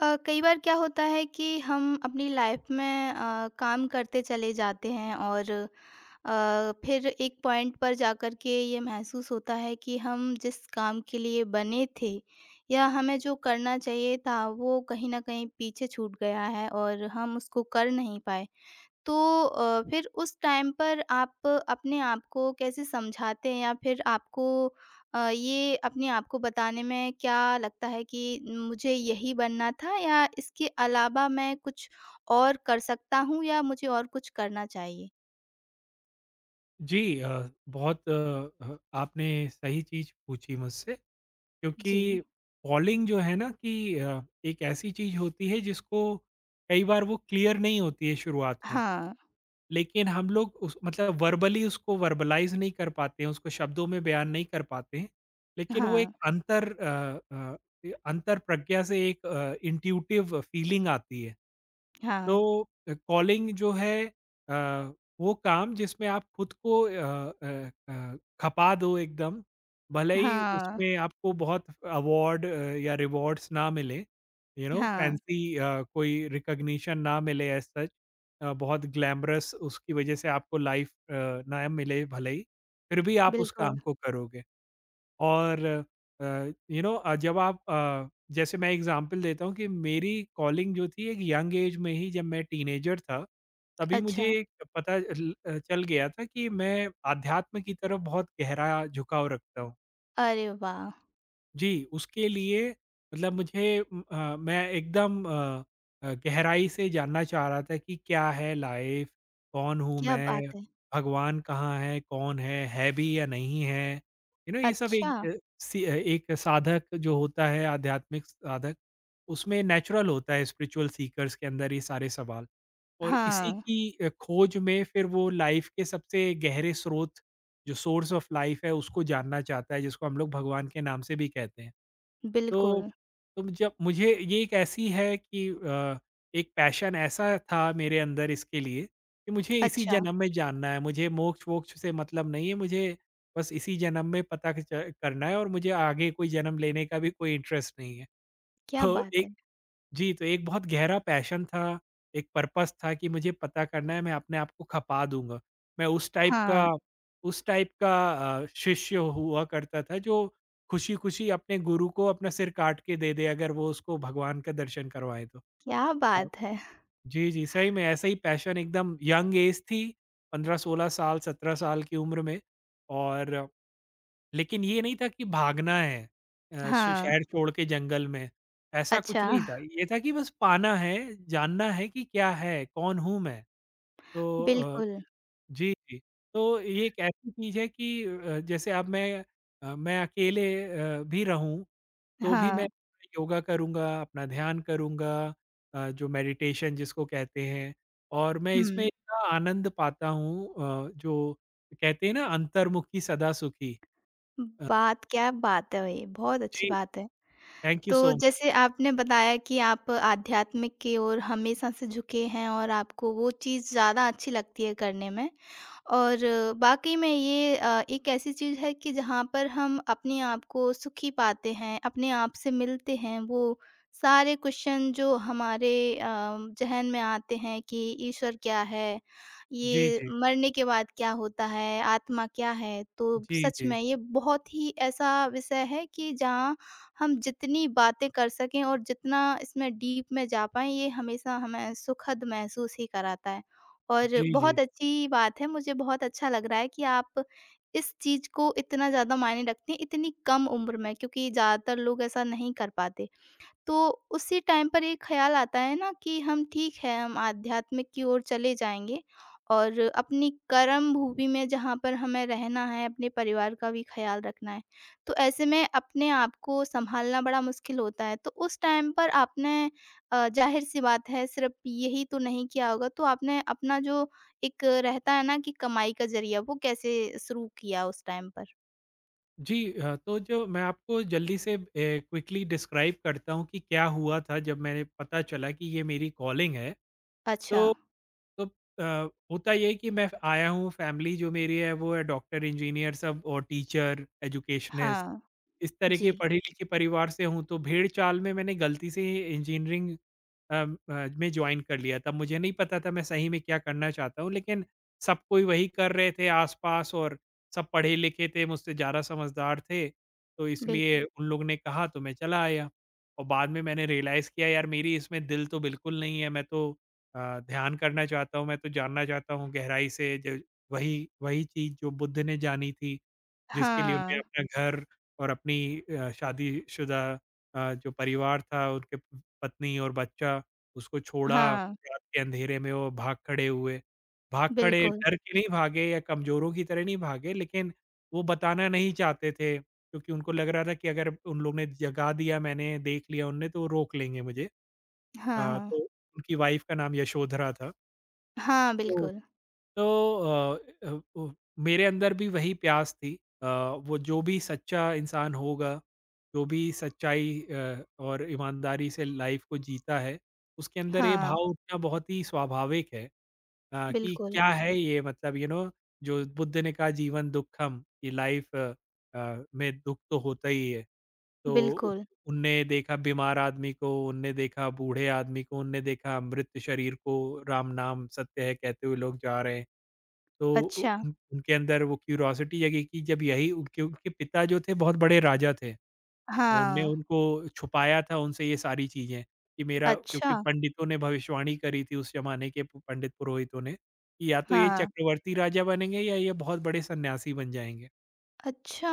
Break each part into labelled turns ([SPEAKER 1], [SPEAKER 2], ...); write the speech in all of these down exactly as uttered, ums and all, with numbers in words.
[SPEAKER 1] अ, कई बार क्या होता है कि हम अपनी लाइफ में अ, काम करते चले जाते हैं और अ, फिर एक पॉइंट पर जाकर के ये महसूस होता है कि हम जिस काम के लिए बने थे या हमें जो करना चाहिए था वो कहीं ना कहीं पीछे छूट गया है और हम उसको कर नहीं पाए। तो अ, फिर उस टाइम पर आप अपने आप को कैसे समझाते हैं या फिर आपको अ, ये अपने आप को बताने में क्या लगता है कि मुझे यही बनना था या इसके अलावा मैं कुछ और कर सकता हूँ या मुझे और कुछ करना चाहिए?
[SPEAKER 2] जी अ, बहुत अ, ह आपने सही चीज़ पूछी मुझसे, क्योंकि
[SPEAKER 1] जी।
[SPEAKER 2] फॉलिंग जो है ना कि अ, एक ऐसी चीज़ होती है जिसको कई बार वो क्लियर नहीं होती है शुरुआत में।
[SPEAKER 1] हाँ।
[SPEAKER 2] लेकिन हम लोग उस मतलब वर्बली उसको वर्बलाइज़ नहीं कर पाते हैं, उसको शब्दों में बयान नहीं कर पाते हैं। लेकिन वो एक
[SPEAKER 1] हाँ।
[SPEAKER 2] अंतर अ अ, अंतर्प्रज्ञा से एक अ, इंट्यूटिव फीलिंग आती है। तो
[SPEAKER 1] हाँ।
[SPEAKER 2] अ, कॉलिंग जो है अ, वो काम जिसमें आप खुद को अ अ अ, खपा दो एकदम, भले ही
[SPEAKER 1] हाँ।
[SPEAKER 2] उसमें आपको बहुत अवार्ड अ, या रिवॉर्ड्स ना मिले, यू नो
[SPEAKER 1] हाँ।
[SPEAKER 2] फैंसी अ, कोई रिकॉग्निशन ना मिले एज़ सच, अ, बहुत ग्लैमरस उसकी वजह से आपको लाइफ अ, ना मिले भले ही, फिर भी आप उस
[SPEAKER 1] बिल्कुल।
[SPEAKER 2] काम को करोगे। और अ, यू नो, अ, जब आप, अ, जैसे मैं एग्जांपल देता हूँ कि मेरी कॉलिंग जो थी एक यंग एज में ही जब मैं टीनेजर था, तभी
[SPEAKER 1] अच्छा।
[SPEAKER 2] मुझे एक पता ल अ, चल गया था कि मैं आध्यात्म की तरफ बहुत गहरा झुकाव रखता हूँ।
[SPEAKER 1] अरे वाह!
[SPEAKER 2] जी, उसके लिए मतलब मुझे उम, अ, मैं एकदम अ अ, गहराई से जानना चाह रहा था कि क्या है लाइफ़? कौन हूँ
[SPEAKER 1] क्या
[SPEAKER 2] मैं?
[SPEAKER 1] बात है!
[SPEAKER 2] भगवान कहाँ है? कौन है? है भी या नहीं है? यू नो ये सब
[SPEAKER 1] अच्छा।
[SPEAKER 2] एक अ, सी अ, एक साधक जो होता है, आध्यात्मिक साधक, उसमें नेचुरल होता है, स्पिरिचुअल सीकर्स के अंदर ये सारे सवाल। और इसी
[SPEAKER 1] हाँ।
[SPEAKER 2] की अ, खोज में फिर वो लाइफ़ के सबसे गहरे स्रोत, जो सोर्स ऑफ लाइफ़ है उसको जानना चाहता है, जिसको हम लोग भगवान के नाम से भी कहते हैं। तो
[SPEAKER 1] बिल्कुल।
[SPEAKER 2] तो जब मुझे ये एक ऐसी है कि अ, एक पैशन ऐसा था मेरे अंदर इसके लिए कि मुझे इसी
[SPEAKER 1] अच्छा।
[SPEAKER 2] जन्म में जानना है, मुझे मोक्ष-वोक्ष से मतलब नहीं है, मुझे बस इसी जन्म में पता क च करना है, और मुझे आगे कोई जन्म लेने का भी कोई इंटरेस्ट नहीं है।
[SPEAKER 1] क्या
[SPEAKER 2] तो
[SPEAKER 1] बात है!
[SPEAKER 2] जी, तो एक बहुत गहरा पैशन था, एक पर्पस था कि मुझे पता करना है, मैं अपने आप को खपा दूँगा। मैं उस टाइप का
[SPEAKER 1] हाँ।
[SPEAKER 2] उस टाइप का अ, शिष्य हुआ करता था जो खुशी-खुशी अपने गुरु को अपना सिर काट के दे दे अगर वो उसको भगवान का दर्शन करवाएँ तो।
[SPEAKER 1] क्या
[SPEAKER 2] हाँ।
[SPEAKER 1] बात है!
[SPEAKER 2] जी, जी, सही में ऐसा ही पैशन, एकदम यंग एज थी, पंद्रह सोलह साल, सत्रह साल की उम्र में। और लेकिन ये नहीं था कि भागना है अ, श
[SPEAKER 1] हाँ।
[SPEAKER 2] शहर छोड़ के जंगल में, ऐसा कुछ
[SPEAKER 1] अच्छा।
[SPEAKER 2] नहीं था। ये था कि बस पाना है, जानना है कि क्या है, कौन हूँ मैं? तो अ,
[SPEAKER 1] बिल्कुल।
[SPEAKER 2] जी, जी। तो ये एक ऐसी चीज़ है कि अ, जैसे अब मैं अ, मैं अकेले अ, भी रहूँ, तो भी मैं
[SPEAKER 1] हाँ।
[SPEAKER 2] योगा करूँगा, अपना ध्यान करूँगा, अ, जो मेडिटेशन जिसको कहते हैं, और मैं इसमें
[SPEAKER 1] हुँ।
[SPEAKER 2] इतना आनंद पाता हूँ, अ, जो कहते हैं ना, अंतर्मुखी सदा सुखी। अ,
[SPEAKER 1] बात क्या बात है भई, बहुत अच्छी
[SPEAKER 2] जी।
[SPEAKER 1] बात है।
[SPEAKER 2] थैंक यू
[SPEAKER 1] तो
[SPEAKER 2] सो मच।
[SPEAKER 1] जैसे आपने बताया कि आप आध्यात्मिक की ओर हमेशा से झुके हैं और आपको वो चीज़ ज़्यादा अच्छी लगती है करने में। और वाक़ई में ये अ, एक ऐसी चीज़ है कि जहाँ पर हम अपने आप को सुखी पाते हैं, अपने आप से मिलते हैं। वो सारे क्वेश्चन जो हमारे अ, ज़हन में आते हैं कि ईश्वर क्या है?
[SPEAKER 2] जी,
[SPEAKER 1] ये
[SPEAKER 2] जी।
[SPEAKER 1] मरने के बाद क्या होता है? आत्मा क्या है? तो
[SPEAKER 2] जी,
[SPEAKER 1] सच
[SPEAKER 2] जी।
[SPEAKER 1] में ये बहुत ही ऐसा विषय है कि जहाँ हम जितनी बातें कर सकें और जितना इसमें डीप में जा पाएँ, ये हमेशा हमें सुखद महसूस ही कराता है।
[SPEAKER 2] जी,
[SPEAKER 1] और
[SPEAKER 2] जी।
[SPEAKER 1] बहुत अच्छी बात है, मुझे बहुत अच्छा लग रहा है कि आप इस चीज़ को इतना ज़्यादा मायने रखती हैं, इतनी कम उम्र में, क्योंकि ज़्यादातर लोग ऐसा नहीं कर पाते। तो उसी टाइम पर ये ख़्याल आता है ना कि हम ठीक है, हम आध्यात्म की ओर चले जाएँगे और अपनी कर्म भूमि में जहाँ पर हमें रहना है, अपने परिवार का भी ख़्याल रखना है। तो ऐसे में अपने आप को सँभालना बड़ा मुश्किल होता है। तो उस टाइम पर आपने अ, ज़ाहिर-सी बात है सिर्फ़ यही तो नहीं किया होगा, तो आपने अपना जो एक रहता है ना कि कमाई का ज़रिया, वो कैसे शुरू किया उस टाइम पर?
[SPEAKER 2] जी अ, तो जो मैं आपको जल्दी से अ, क्विकली डिस्क्राइब करता हूँ कि क्या हुआ था जब मैंने पता चला कि ये मेरी कॉलिंग है। तो
[SPEAKER 1] अच्छा।
[SPEAKER 2] तो अ, होता ये है कि मैं आया हूँ, फैमिली जो मेरी है वो है डॉक्टर, इंजीनियर सब और टीचर एजुकेशनिस्ट,
[SPEAKER 1] हाँ।
[SPEAKER 2] इस तरह के
[SPEAKER 1] जी।
[SPEAKER 2] पढ़े लिखे परिवार से हूँ, तो भेड़ चाल में मैंने गलती से इंजीनियरिंग में ज्वाइन कर लिया था। मुझे नहीं पता था मैं सही में क्या करना चाहता हूँ, लेकिन सब कोई वही कर रहे थे आसपास, और सब पढ़े लिखे थे, मुझसे ज़्यादा समझदार थे, तो
[SPEAKER 1] बिल
[SPEAKER 2] इसलिए उन लोग ने कहा तो मैं चला आया। और बाद में मैंने रियलाइज़ किया, यार मेरी इसमें दिल तो बिल्कुल नहीं है। मैं तो अ, ध्यान करना चाहता हूँ, मैं तो जानना चाहता हूँ गहराई से, जो वही वही चीज़ जो बुद्ध ने जानी थी, जिसके लिए उन्हें
[SPEAKER 1] हाँ।
[SPEAKER 2] अपना घर और अपनी अ, शादीशुदा अ, जो परिवार था उनके प पत्नी और बच्चा, उसको छोड़ा
[SPEAKER 1] हाँ।
[SPEAKER 2] रात के अंधेरे में, वो भाग खड़े हुए। भाग खड़े
[SPEAKER 1] बिल्कुल।
[SPEAKER 2] डर के नहीं भागे, या कमज़ोरों की तरह नहीं भागे, लेकिन वो बताना नहीं चाहते थे, क्योंकि उनको लग रहा था कि अगर उन लोग ने जगा दिया मैंने, देख लिया उनने, तो वो रोक लेंगे मुझे।
[SPEAKER 1] हाँ।
[SPEAKER 2] अ,
[SPEAKER 1] हाँ।
[SPEAKER 2] तो उनकी वाइफ़ का नाम यशोधरा था।
[SPEAKER 1] हाँ।
[SPEAKER 2] तो
[SPEAKER 1] बिल्कुल।
[SPEAKER 2] तो अ, अ, वो मेरे अंदर भी वही प्यास थी। अ, वो जो भी सच्चा इंसान होगा, जो भी सच्चाई अ, और ईमानदारी से लाइफ को जीता है, उसके अंदर ये
[SPEAKER 1] हाँ।
[SPEAKER 2] भाव उठना बहुत ही स्वाभाविक है, अ, कि
[SPEAKER 1] बिल्कुल।
[SPEAKER 2] क्या है ये, मतलब यू नो जो बुद्ध ने कहा, जीवन दुखम, कि लाइफ अ, अ, में दुख तो होता ही है। तो उ
[SPEAKER 1] बिल्कुल।
[SPEAKER 2] उनने देखा बीमार आदमी को, उनने देखा बूढ़े आदमी को, उनने देखा मृत शरीर को, राम नाम सत्य है कहते हुए लोग जा रहे हैं। तो उ
[SPEAKER 1] अच्छा।
[SPEAKER 2] उन उनके अंदर वो क्यूरियोसिटी जगी कि जब यही, उनके उनके पिता जो थे बहुत बड़े राजा थे। तो उनने
[SPEAKER 1] हाँ।
[SPEAKER 2] उनको छुपाया था उनसे ये सारी चीज़ें, कि मेरा, क्योंकि
[SPEAKER 1] अच्छा।
[SPEAKER 2] पंडितों ने भविष्यवाणी करी थी उस ज़माने के, पु- पंडित पुरोहितों ने, कि या तो ये
[SPEAKER 1] हाँ।
[SPEAKER 2] चक्रवर्ती राजा बनेंगे या ये बहुत बड़े सन्यासी बन जाएँगे।
[SPEAKER 1] अच्छा।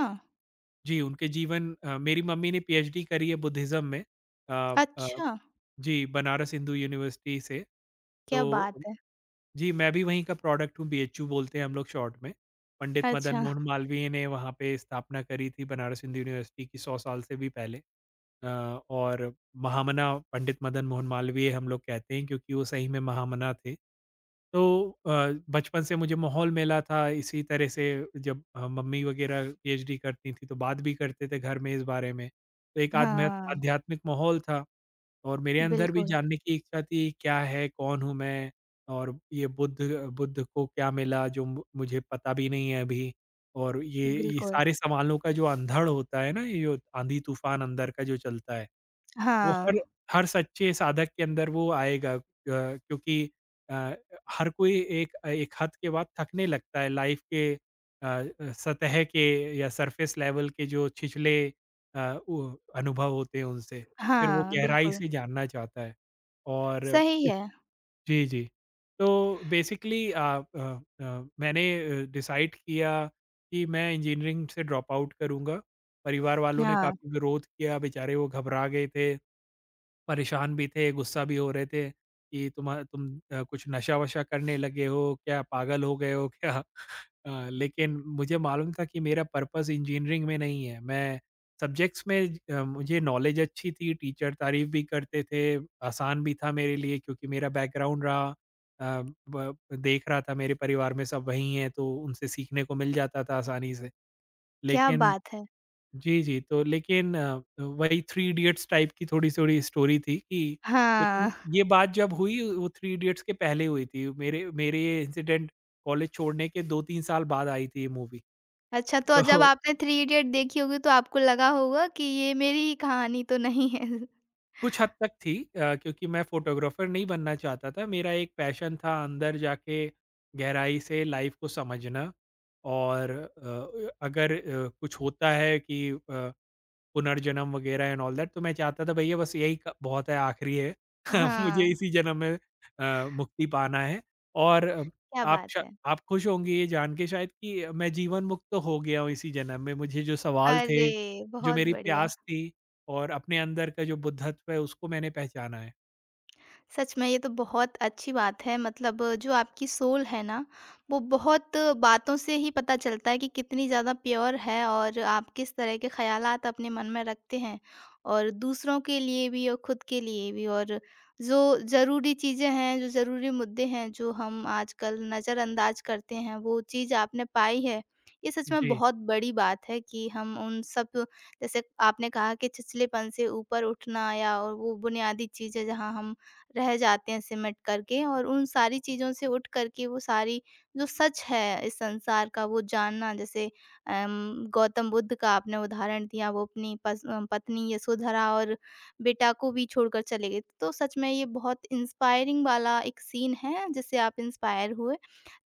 [SPEAKER 2] जी, उनके जीवन, अ, मेरी मम्मी ने पीएचडी करी है बुद्धिज़्म में, अ अ,
[SPEAKER 1] अच्छा।
[SPEAKER 2] जी, बनारस हिंदू यूनिवर्सिटी से।
[SPEAKER 1] क्या
[SPEAKER 2] तो
[SPEAKER 1] बात है!
[SPEAKER 2] जी, मैं भी वहीं का प्रोडक्ट हूँ, बीएचयू बोलते हैं हम लोग शॉर्ट में। पंडित मदन
[SPEAKER 1] अच्छा।
[SPEAKER 2] मोहन मालवीय ने वहाँ पे स्थापना करी थी बनारस हिंदू यूनिवर्सिटी की, सौ साल से भी पहले, अ, और महामना पंडित मदन मोहन मालवीय हम लोग कहते हैं, क्योंकि वो सही में महामना थे। तो अ, बचपन से मुझे माहौल मिला था इसी तरह से। जब अ, मम्मी वगैरह पीएचडी करती थी तो बात भी करते थे घर में इस बारे में। तो एक आध्या
[SPEAKER 1] हाँ।
[SPEAKER 2] आध्यात्मिक माहौल था, और मेरे अंदर भी
[SPEAKER 1] बिल्कुल।
[SPEAKER 2] जानने की इच्छा थी, क्या है, कौन हूँ मैं, और ये बुद्ध बुद्ध को क्या मिला जो मु मुझे पता भी नहीं है अभी। और ये ये
[SPEAKER 1] बिल्कुल।
[SPEAKER 2] सारे सवालों का जो अंधड़ होता है ना, ये जो आंधी-तूफान अंदर का जो चलता है, वो
[SPEAKER 1] हाँ।
[SPEAKER 2] हर हर सच्चे साधक के अंदर वो आएगा, अ, क्योंकि अ, हर कोई एक एक हद के बाद थकने लगता है लाइफ के अ अ, सतह के या सरफेस लेवल के जो छिछले अ, उ अनुभव होते हैं उनसे, फिर वो
[SPEAKER 1] हाँ।
[SPEAKER 2] गहराई
[SPEAKER 1] बिल्कुल।
[SPEAKER 2] से जानना चाहता है। और
[SPEAKER 1] सही
[SPEAKER 2] इस
[SPEAKER 1] है।
[SPEAKER 2] जी, जी। तो बेसिकली अ अ अ, मैंने अ, डिसाइड किया कि मैं इंजीनियरिंग से ड्रॉप आउट करूँगा। परिवार वालों ने
[SPEAKER 1] हाँ।
[SPEAKER 2] काफ़ी विरोध किया, बेचारे वो घबरा गए थे। परेशान भी थे, गुस्सा भी हो रहे थे कि तुमा तुम अ, कुछ नशा-वशा करने लगे हो क्या? पागल हो गए हो क्या? अ, लेकिन मुझे मालूम था कि मेरा पर्पज़ इंजीनियरिंग में नहीं है। मैं सब्जेक्ट्स में, ज अ, मुझे नॉलेज अच्छी थी, टीचर तारीफ़ भी करते थे, आसान भी था मेरे लिए, क्योंकि मेरा बैकग्राउंड रहा, अ, ब देख रहा था मेरे परिवार में सब वही हैं, तो उनसे सीखने को मिल जाता था आसानी से।
[SPEAKER 1] क्या
[SPEAKER 2] लेकिन
[SPEAKER 1] बात है!
[SPEAKER 2] जी, जी। तो लेकिन अ, वही थ्री इडियट्स टाइप की थोड़ी-थोड़ी स्टोरी थी कि, लेकिन
[SPEAKER 1] हाँ।
[SPEAKER 2] ये बात जब हुई वो थ्री इडियट्स के पहले हुई थी। मेरे मेरे ये इंसिडेंट, कॉलेज छोड़ने के दो तीन साल बाद आई थी ये मूवी।
[SPEAKER 1] अच्छा, तो जब
[SPEAKER 2] तो
[SPEAKER 1] आपने थ्री इडियट देखी होगी तो आपको लगा होगा कि ये मेरी ही कहानी तो नहीं है।
[SPEAKER 2] कुछ हद तक थी, अ, क्योंकि मैं फ़ोटोग्राफ़र नहीं बनना चाहता था। मेरा एक पैशन था अंदर जाके गहराई से लाइफ़ को समझना, और अ, अगर अ, कुछ होता है कि अ पुनर्जन्म वगैरह एंड ऑल दैट, तो मैं चाहता था भैया बस यही क बहुत है, आखिरी है।
[SPEAKER 1] हाँ।
[SPEAKER 2] मुझे इसी जन्म में अ, मुक्ति पाना है, और अ,
[SPEAKER 1] क्या
[SPEAKER 2] आप
[SPEAKER 1] बात
[SPEAKER 2] श
[SPEAKER 1] है!
[SPEAKER 2] आप खुश होंगे ये जान के शायद कि मैं जीवन मुक्त तो हो गया हूँ इसी जन्म में। मुझे जो सवाल थे,
[SPEAKER 1] अरे!
[SPEAKER 2] जो
[SPEAKER 1] बहुत
[SPEAKER 2] मेरी
[SPEAKER 1] बढ़िया।
[SPEAKER 2] प्यास थी, और अपने अंदर का जो बुद्धत्व है उसको मैंने पहचाना है।
[SPEAKER 1] सच में ये तो बहुत अच्छी बात है, मतलब जो आपकी सोल है ना वो बहुत बातों से ही पता चलता है कि कितनी ज़्यादा प्योर है और आप किस तरह के ख्यालात अपने मन में रखते हैं, और दूसरों के लिए भी और खुद के लिए भी। और जो ज़रूरी चीज़ें हैं, जो ज़रूरी मुद्दे हैं जो हम आजकल नज़रअंदाज करते हैं, वो चीज़ आपने पाई है। ये सच में
[SPEAKER 2] जी।
[SPEAKER 1] बहुत बड़ी बात है कि हम उन सब, जैसे आपने कहा, कि छिछलेपन से ऊपर उठना। या और वो बुनियादी चीज़ है जहाँ हम रह जाते हैं सिमट करके, और उन सारी चीज़ों से उठ कर के वो सारी जो सच है इस संसार का वो जानना। जैसे अम, गौतम बुद्ध का आपने उदाहरण दिया, वो अपनी पस- अ, पत्नी यशोधरा और बेटा को भी छोड़कर चले गए, तो सच में ये बहुत इंस्पायरिंग वाला एक सीन है जिससे आप इंस्पायर हुए।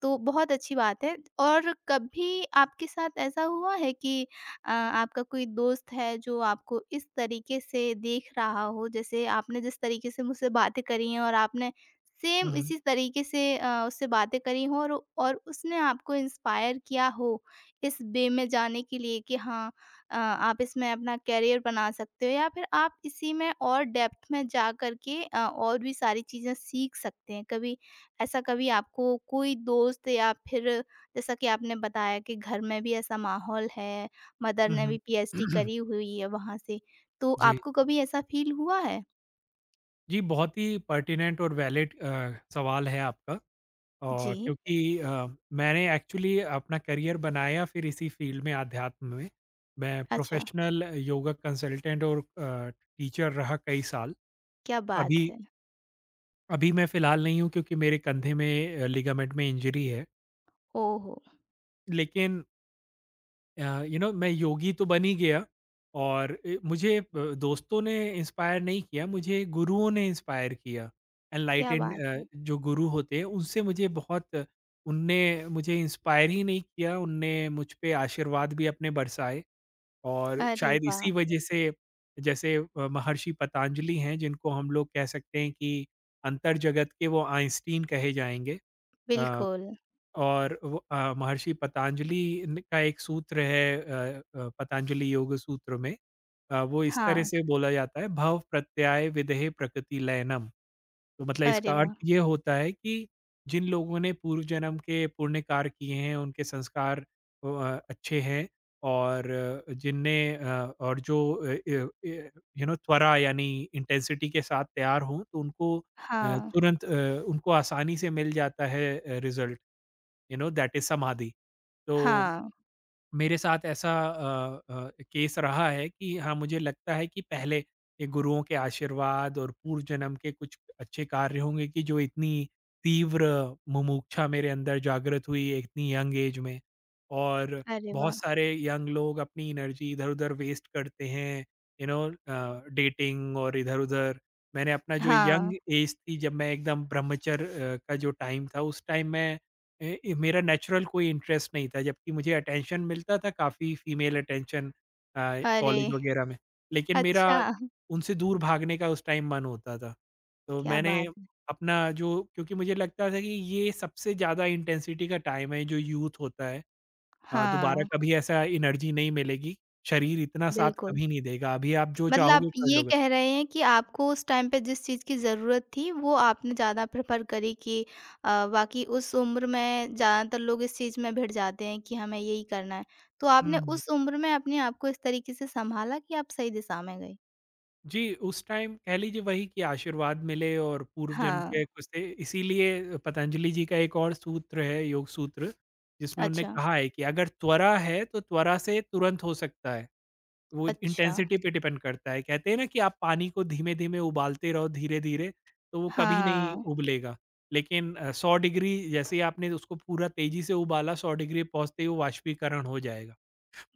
[SPEAKER 1] तो बहुत अच्छी बात है। और कभी आपके साथ ऐसा हुआ है कि अ, आपका कोई दोस्त है जो आपको इस तरीके से देख रहा हो, जैसे आपने जिस तरीके से मुझसे बातें करी हैं और आपने सेम
[SPEAKER 2] हुँ, हुँ।
[SPEAKER 1] इसी तरीके से अ, उससे बातें करी हो, और और उसने आपको इंस्पायर किया हो इस वे में जाने के लिए कि हाँ, अ, आप इसमें अपना करियर बना सकते हो या फिर आप इसी में और डेप्थ में जा करके अ, और भी सारी चीज़ें सीख सकते हैं। कभी ऐसा कभी आपको कोई दोस्त या फिर, जैसा कि आपने बताया कि घर में भी ऐसा माहौल है, मदर
[SPEAKER 2] हुँ,
[SPEAKER 1] ने
[SPEAKER 2] हुँ।
[SPEAKER 1] भी पीएचडी करी हुई है वहाँ से, तो
[SPEAKER 2] जी।
[SPEAKER 1] आपको कभी ऐसा फ़ील हुआ है?
[SPEAKER 2] जी, बहुत ही पर्टिनेंट और वैलिड अ, सवाल है आपका। और
[SPEAKER 1] जी।
[SPEAKER 2] क्योंकि अ, मैंने एक्चुअली अपना करियर बनाया फिर इसी फील्ड में, आध्यात्म में। मैं
[SPEAKER 1] अच्छा।
[SPEAKER 2] प्रोफेशनल योगा कंसल्टेंट और अ, टीचर रहा कई साल।
[SPEAKER 1] क्या बात
[SPEAKER 2] अभी
[SPEAKER 1] है!
[SPEAKER 2] अभी मैं फ़िलहाल नहीं हूँ, क्योंकि मेरे कंधे में अ, लिगामेंट में इंजरी है।
[SPEAKER 1] ओहो!
[SPEAKER 2] लेकिन यू नो मैं योगी तो बन ही गया, और अ, मुझे अ, दोस्तों ने इंस्पायर नहीं किया, मुझे गुरुओं ने इंस्पायर किया।
[SPEAKER 1] क्या
[SPEAKER 2] एनलाइटेंड
[SPEAKER 1] बात है!
[SPEAKER 2] जो गुरु होते हैं उनसे मुझे बहुत, उनने मुझे इंस्पायर ही नहीं किया, उनने मुझ पे आशीर्वाद भी अपने बरसाए, और
[SPEAKER 1] अरे
[SPEAKER 2] शायद
[SPEAKER 1] वाह!
[SPEAKER 2] इसी वजह से, जैसे अ, महर्षि पतंजलि हैं जिनको हम लोग कह सकते हैं कि अंतर जगत के वो आइंस्टीन कहे जाएंगे,
[SPEAKER 1] बिल्कुल।
[SPEAKER 2] और वो अ, महर्षि पतंजलि न का एक सूत्र है अ अ, पतंजलि योग सूत्र में, अ, वो इस तरह
[SPEAKER 1] हाँ।
[SPEAKER 2] से बोला जाता है, भव प्रत्यय विदेह प्रकृति लयनम। तो मतलब
[SPEAKER 1] अरे
[SPEAKER 2] इसका अर्थ
[SPEAKER 1] वाह!
[SPEAKER 2] ये होता है कि जिन लोगों ने पूर्व जन्म के पुण्य कार्य किए हैं, उनके संस्कार अ अ, अच्छे हैं, और अ, जिनने अ, और जो अ, य य यू नो त्वरा, यानी इंटेंसिटी के साथ तैयार हों, तो उनको अ,
[SPEAKER 1] हाँ।
[SPEAKER 2] तुरंत अ, उनको आसानी से मिल जाता है अ, result. You know that is samadhi. तो
[SPEAKER 1] हाँ।
[SPEAKER 2] मेरे साथ ऐसा अ अ, केस रहा है कि हाँ, मुझे लगता है कि पहले ये गुरुओं के आशीर्वाद और पूर्व जन्म के कुछ अच्छे कार्य होंगे कि जो इतनी तीव्र मुमुक्षा मेरे अंदर जागृत हुई इतनी यंग एज में। और
[SPEAKER 1] अरे
[SPEAKER 2] बहुत
[SPEAKER 1] वाह!
[SPEAKER 2] सारे यंग लोग अपनी एनर्जी इधर-उधर वेस्ट करते हैं, यू नो अ, डेटिंग और इधर-उधर। मैंने अपना जो यंग
[SPEAKER 1] हाँ।
[SPEAKER 2] एज थी जब मैं एकदम ब्रह्मचर्य अ, का जो टाइम था, उस टाइम मैं, ए, ए, मेरा नेचुरल कोई इंटरेस्ट नहीं था, जबकि मुझे अटेंशन मिलता था काफ़ी, फीमेल अटेंशन अ,
[SPEAKER 1] अरे!
[SPEAKER 2] कॉलेज वगैरह में, लेकिन मेरा
[SPEAKER 1] अच्छा।
[SPEAKER 2] उनसे दूर भागने का उस टाइम मन होता था। तो
[SPEAKER 1] क्या
[SPEAKER 2] मैंने
[SPEAKER 1] बात है!
[SPEAKER 2] अपना जो, क्योंकि मुझे लगता था कि ये सबसे ज़्यादा इंटेंसिटी का टाइम है, जो यूथ होता है। अ, दोबारा
[SPEAKER 1] हाँ।
[SPEAKER 2] कभी ऐसा एनर्जी नहीं मिलेगी, शरीर इतना साथ
[SPEAKER 1] बिल्कुल।
[SPEAKER 2] कभी नहीं देगा, अभी आप जो
[SPEAKER 1] मतलब
[SPEAKER 2] चाहोगे
[SPEAKER 1] आप
[SPEAKER 2] कर
[SPEAKER 1] ये
[SPEAKER 2] लोगे।
[SPEAKER 1] कह रहे हैं कि आपको उस टाइम पे जिस चीज़ की ज़रूरत थी, वो आपने ज़्यादा प्रेफ़र करी। कि अ, बाकी उस उम्र में ज़्यादातर लोग इस चीज़ में भिड़ जाते हैं कि हमें यही करना है। तो
[SPEAKER 2] हुँ,
[SPEAKER 1] आपने
[SPEAKER 2] हुँ।
[SPEAKER 1] उस उम्र में अपने आप को इस तरीके से सँभाला कि आप सही दिशा में गए।
[SPEAKER 2] जी, उस टाइम कह लीजिए वही कि आशीर्वाद मिले और पूर्व जन्म
[SPEAKER 1] हाँ।
[SPEAKER 2] के कुछ थे, इसीलिए पतंजलि जी का एक और सूत्र है योग सूत्र, जिसमें उन्होंने
[SPEAKER 1] अच्छा।
[SPEAKER 2] कहा है कि अगर त्वरा है तो त्वरा से तुरंत हो सकता है, वो
[SPEAKER 1] अच्छा।
[SPEAKER 2] इंटेंसिटी पे डिपेंड करता है। कहते हैं ना कि आप पानी को धीमे-धीमे उबालते रहो, धीरे-धीरे, तो वो कभी
[SPEAKER 1] हाँ।
[SPEAKER 2] नहीं उबलेगा। लेकिन अ, सौ डिग्री, जैसे ही आपने उसको पूरा तेज़ी से उबाला, सौ डिग्री पहुँचते ही वो वाष्पीकरण हो जाएगा।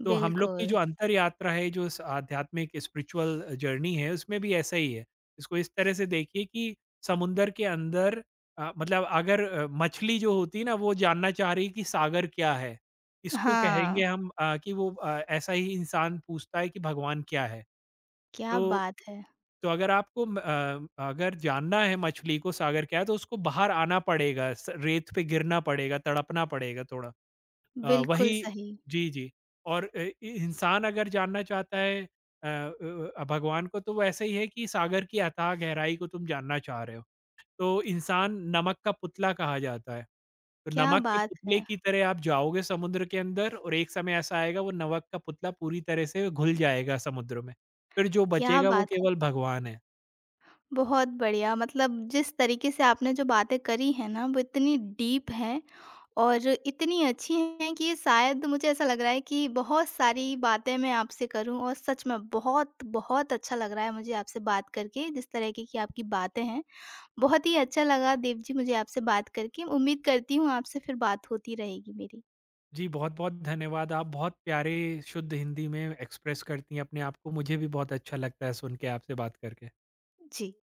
[SPEAKER 2] तो हम लोग की
[SPEAKER 1] बिल्कुल।
[SPEAKER 2] जो अंतर यात्रा है, जो स आध्यात्मिक स्पिरिचुअल जर्नी है, उसमें भी ऐसा ही है। इसको इस तरह से देखिए कि समुंदर के अंदर, अ, मतलब अगर अ, मछली जो होती है ना, वो जानना चाह रही है कि सागर क्या है? इसको कहेंगे
[SPEAKER 1] हाँ।
[SPEAKER 2] हम, अ, कि वो अ, ऐसा ही इंसान पूछता है कि भगवान क्या है?
[SPEAKER 1] क्या
[SPEAKER 2] तो
[SPEAKER 1] बात है!
[SPEAKER 2] तो अगर आपको म अ, अगर जानना है मछली को सागर क्या है, तो उसको बाहर आना पड़ेगा, स रेत पे गिरना पड़ेगा, तड़पना पड़ेगा थोड़ा। अ,
[SPEAKER 1] बिल्कुल
[SPEAKER 2] वही
[SPEAKER 1] सही।
[SPEAKER 2] जी, जी। और अ, इ इंसान अगर जानना चाहता है अ अ अ, भगवान को, तो वो ऐसे ही है कि सागर की अथाह गहराई को तुम जानना चाह रहे हो। तो इंसान नमक का पुतला कहा जाता है। तो
[SPEAKER 1] क्या
[SPEAKER 2] नमक के
[SPEAKER 1] बात
[SPEAKER 2] पुतले
[SPEAKER 1] है!
[SPEAKER 2] की तरह आप जाओगे समुद्र के अंदर, और एक समय ऐसा आएगा, वो नमक का पुतला पूरी तरह से घुल जाएगा समुद्र में। फिर जो
[SPEAKER 1] क्या
[SPEAKER 2] बचेगा वो
[SPEAKER 1] बात है!
[SPEAKER 2] केवल भगवान है।
[SPEAKER 1] बहुत बढ़िया, मतलब जिस तरीके से आपने जो बातें करी हैं ना वो इतनी डीप हैं और इतनी अच्छी हैं कि शायद मुझे ऐसा लग रहा है कि बहुत सारी बातें मैं आपसे करूं। और सच में बहुत बहुत अच्छा लग रहा है मुझे आपसे बात करके, जिस तरह की की आपकी बातें हैं। बहुत ही अच्छा लगा देव जी मुझे आपसे बात करके। उम्मीद करती हूँ आपसे फिर बात होती रहेगी मेरी।
[SPEAKER 2] जी, बहुत-बहुत धन्यवाद। आप बहुत प्यारे, शुद्ध हिंदी में एक्सप्रेस करती हैं अपने आप को। मुझे भी बहुत अच्छा लगता है सुन के, आपसे बात करके।
[SPEAKER 1] जी।